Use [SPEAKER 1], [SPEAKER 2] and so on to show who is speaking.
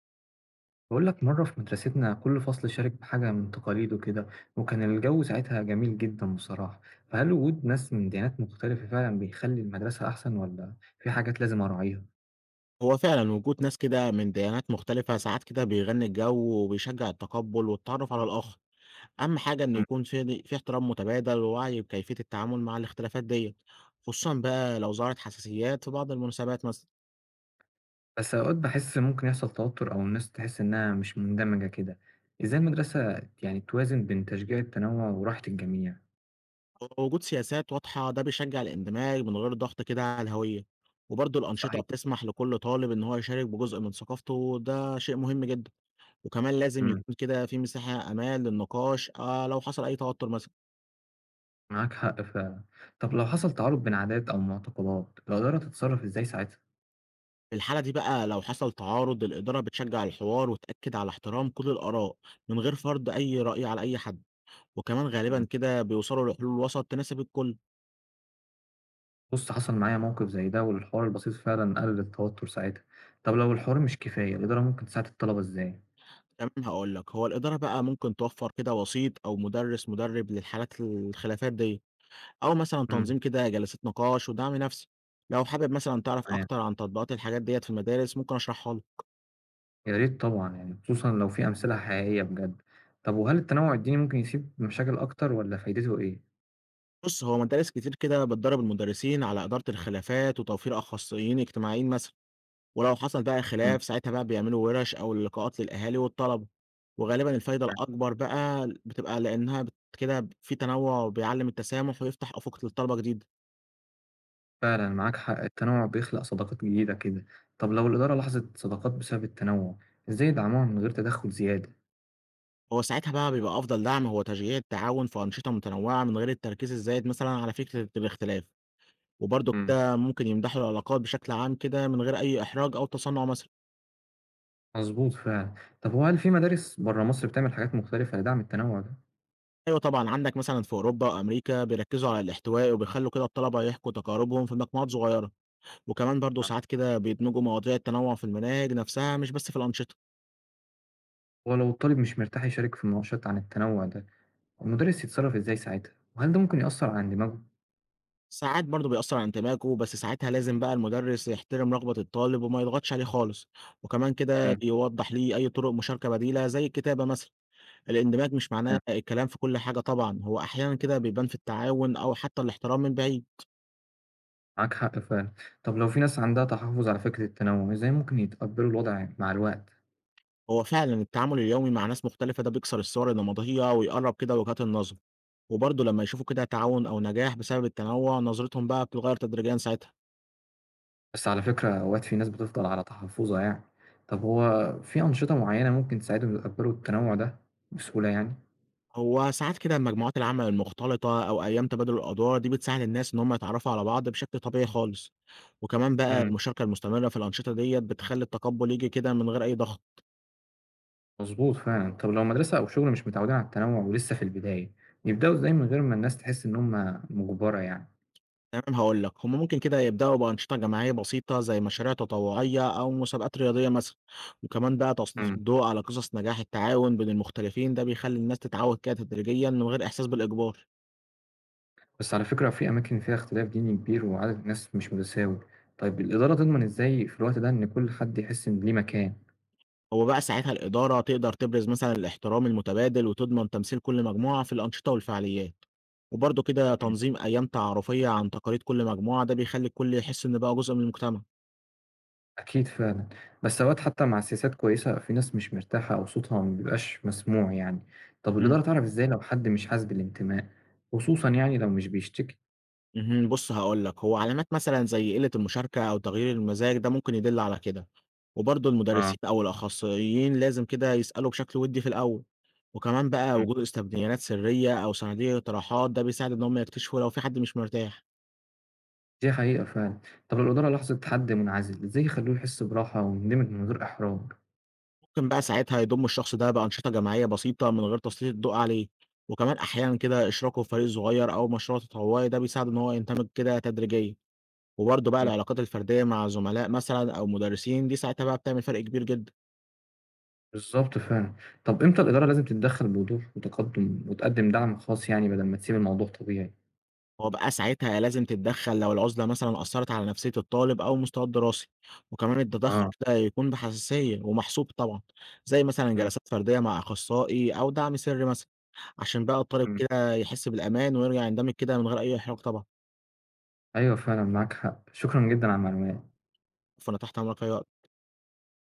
[SPEAKER 1] بقول لك مرة في مدرستنا كل فصل شارك بحاجة من تقاليده كده، وكان الجو ساعتها جميل جدا بصراحة. فهل وجود ناس من ديانات مختلفة فعلا بيخلي المدرسة أحسن ولا في حاجات لازم أراعيها؟
[SPEAKER 2] هو فعلًا وجود ناس كده من ديانات مختلفة ساعات كده بيغني الجو وبيشجّع التقبُّل والتعرُّف على الآخر، أهم حاجة إن
[SPEAKER 1] مم.
[SPEAKER 2] يكون في احترام متبادل ووعي بكيفية التعامل مع الاختلافات ديّة، خصوصًا بقى لو ظهرت حساسيات في بعض المناسبات مثلًا.
[SPEAKER 1] بس أوقات بحس ممكن يحصل توتر أو الناس تحس إنها مش مندمجة كده. إزاي المدرسة يعني توازن بين تشجيع التنوع وراحة الجميع؟
[SPEAKER 2] وجود سياسات واضحة ده بيشجّع الاندماج من غير ضغط كده على الهوية، وبرضه الأنشطة
[SPEAKER 1] صحيح.
[SPEAKER 2] بتسمح لكل طالب إن هو يشارك بجزء من ثقافته ده شيء مهم جدًا، وكمان لازم
[SPEAKER 1] مم.
[SPEAKER 2] يكون كده في مساحة أمان للنقاش لو حصل أي توتُّر مثلًا.
[SPEAKER 1] معاك حق فعلا. طب لو حصل تعارض بين عادات أو معتقدات الإدارة تتصرف إزاي ساعتها؟
[SPEAKER 2] في الحالة دي بقى لو حصل تعارض الإدارة بتشجع الحوار وتأكد على احترام كل الآراء من غير فرض أي رأي على أي حد، وكمان غالبا كده بيوصلوا لحلول وسط تناسب الكل.
[SPEAKER 1] بُص، حصل معايا موقف زي ده، والحوار البسيط فعلًا قلل التوتر ساعتها. طب لو الحوار مش كفاية، الإدارة ممكن تساعد الطلبة إزاي؟
[SPEAKER 2] كمان هقول لك هو الإدارة بقى ممكن توفر كده وسيط أو مدرس مدرب للحالات الخلافات دي، أو مثلا
[SPEAKER 1] إمم.
[SPEAKER 2] تنظيم كده جلسات نقاش ودعم نفسي. لو حابب مثلا تعرف
[SPEAKER 1] تمام،
[SPEAKER 2] أكتر عن تطبيقات الحاجات ديت في المدارس ممكن أشرحها لك.
[SPEAKER 1] يا ريت طبعًا يعني، خصوصًا لو في أمثلة حقيقية بجد. طب وهل التنوع الديني ممكن يسيب مشاكل أكتر والّا فايدته إيه؟
[SPEAKER 2] بص هو مدارس كتير كده بتدرب المدرسين على إدارة الخلافات وتوفير أخصائيين اجتماعيين مثلا، ولو حصل بقى
[SPEAKER 1] إمم،
[SPEAKER 2] خلاف ساعتها بقى بيعملوا ورش أو لقاءات للأهالي والطلبة، وغالبًا الفايدة
[SPEAKER 1] تمام.
[SPEAKER 2] الأكبر بقى بتبقى لإنها بت كده ب في تنوُّع بيعلّم التسامح ويفتح آفاق للطلبة جديدة.
[SPEAKER 1] فعلًا معاك حق، التنوع بيخلق صداقات جديدة كده. طب لو الإدارة لاحظت صداقات بسبب التنوع، إزاي يدعموها من غير تدخل زيادة؟
[SPEAKER 2] هو ساعتها بقى بيبقى أفضل دعم هو تشجيع التعاون في أنشطة متنوعة من غير التركيز الزايد مثلًا على فكرة الاختلاف، وبرضه
[SPEAKER 1] إمم.
[SPEAKER 2] كده ممكن يمدحوا العلاقات بشكل عام كده من غير أي إحراج أو تصنُّع مثلًا.
[SPEAKER 1] مضبوط فعلًا. طب وهل في مدارس برّه مصر بتعمل حاجات مختلفة لدعم التنوع ده؟
[SPEAKER 2] أيوه طبعًا عندك مثلًا في أوروبا وأمريكا بيركّزوا على الاحتواء وبيخلّوا كده الطلبة يحكوا تجاربهم في مجموعات صغيرة. وكمان برضه ساعات كده بيدمجوا مواضيع التنوع في المناهج نفسها مش بس في الأنشطة.
[SPEAKER 1] ولو الطالب مش مرتاح يشارك في مناقشات عن التنوع ده المدرس يتصرف ازاي ساعتها، وهل ده ممكن يأثر على اندماجه؟
[SPEAKER 2] ساعات برضه بيأثر على انتماكه، بس ساعتها لازم بقى المدرس يحترم رغبة الطالب وما يضغطش عليه خالص، وكمان كده
[SPEAKER 1] مم.
[SPEAKER 2] يوضح ليه أي طرق مشاركة بديلة زي الكتابة مثلا. الاندماج مش
[SPEAKER 1] آه،
[SPEAKER 2] معناه الكلام في كل حاجة طبعا، هو أحيانا كده بيبان في التعاون أو حتى الاحترام من بعيد.
[SPEAKER 1] معاك حق فعلا. طب لو في ناس عندها تحفظ على فكرة التنوع ازاي ممكن يتقبلوا الوضع مع الوقت؟
[SPEAKER 2] هو فعلا التعامل اليومي مع ناس مختلفة ده بيكسر الصور النمطية ويقرب كده وجهات النظر، وبرضه لما يشوفوا كده تعاون أو نجاح بسبب التنوع نظرتهم بقى بتتغير تدريجيا ساعتها.
[SPEAKER 1] بس على فكرة اوقات في ناس بتفضل على تحفظها يعني. طب هو في أنشطة معينة ممكن تساعدهم يتقبلوا التنوع ده بسهولة يعني؟
[SPEAKER 2] هو ساعات كده مجموعات العمل المختلطة أو أيام تبادل الأدوار دي بتساعد الناس إن هم يتعرفوا على بعض بشكل طبيعي خالص، وكمان بقى
[SPEAKER 1] مم.
[SPEAKER 2] المشاركة المستمرة في الأنشطة ديت بتخلي التقبل يجي كده من غير أي ضغط.
[SPEAKER 1] مظبوط فعلا. طب لو مدرسة أو شغل مش متعودين على التنوع ولسه في البداية يبدأوا ازاي من غير ما الناس تحس إن هم مجبرة يعني؟
[SPEAKER 2] تمام هقول لك هم ممكن كده يبدأوا بأنشطة جماعية بسيطة زي مشاريع تطوعية أو مسابقات رياضية مثلا، وكمان بقى تسليط
[SPEAKER 1] مم.
[SPEAKER 2] الضوء على قصص نجاح التعاون بين المختلفين ده بيخلي الناس تتعود كده تدريجيا من غير إحساس بالإجبار.
[SPEAKER 1] بس على فكرة في أماكن فيها اختلاف ديني كبير وعدد الناس مش متساوي. طيب الإدارة تضمن إزاي في الوقت ده إن كل حد يحس إن ليه مكان؟
[SPEAKER 2] هو بقى ساعتها الإدارة تقدر تبرز مثلًا الاحترام المتبادل، وتضمن تمثيل كل مجموعة في الأنشطة والفعاليات، وبرضه كده
[SPEAKER 1] مم.
[SPEAKER 2] تنظيم أيام تعارفية عن تقاليد كل مجموعة، ده بيخلّي الكل يحس إن بقى جزء من المجتمع.
[SPEAKER 1] أكيد فعلا. بس أوقات حتى مع سياسات كويسة في ناس مش مرتاحة أو صوتها مبيبقاش مسموع يعني. طب
[SPEAKER 2] اهم.
[SPEAKER 1] الإدارة تعرف إزاي لو حد مش حاسس بالانتماء، خصوصا يعني لو مش بيشتكي؟
[SPEAKER 2] اهم، بُص هاقول لك، هو علامات مثلًا زي قلة المشاركة أو تغيير المزاج ده ممكن يدل على كده، وبرضه
[SPEAKER 1] اه.
[SPEAKER 2] المدرسين أو الأخصائيين لازم كده يسألوا بشكل ودي في الأول، وكمان بقى
[SPEAKER 1] مم.
[SPEAKER 2] وجود استبدينات سرية أو صناديق اقتراحات ده بيساعد إن هم يكتشفوا لو في حد مش مرتاح.
[SPEAKER 1] دي حقيقة فعلا. طب لو الإدارة لاحظت حد منعزل إزاي يخلوه يحس براحة ويندمج من غير إحراج؟
[SPEAKER 2] ممكن بقى ساعتها يضم الشخص ده بأنشطة جماعية بسيطة من غير تسليط الضوء عليه، وكمان أحيانا كده إشراكه في فريق صغير أو مشروع تطوعي ده بيساعده إن هو يندمج كده تدريجيا، وبرضه بقى
[SPEAKER 1] مم.
[SPEAKER 2] العلاقات الفردية مع زملاء مثلا أو مدرسين دي ساعتها بقى بتعمل فرق كبير جدا.
[SPEAKER 1] بالظبط فعلا. طب امتى الإدارة لازم تتدخل بوضوح وتقدم دعم خاص يعني بدل ما تسيب الموضوع طبيعي؟
[SPEAKER 2] هو بقى ساعتها لازم تتدخل لو العزلة مثلا أثرت على نفسية الطالب أو مستواه الدراسي، وكمان
[SPEAKER 1] اه.
[SPEAKER 2] التدخل كده يكون بحساسية ومحسوب طبعا، زي مثلا
[SPEAKER 1] مم.
[SPEAKER 2] جلسات فردية مع أخصائي أو دعم سري مثلا، عشان بقى الطالب
[SPEAKER 1] مم.
[SPEAKER 2] كده يحس بالأمان ويرجع يندمج كده من غير أي إحراج طبعا.
[SPEAKER 1] أيوه فعلا معاك حق، شكرا جدا على المعلومات.
[SPEAKER 2] فأنا تحت أمرك في أي وقت.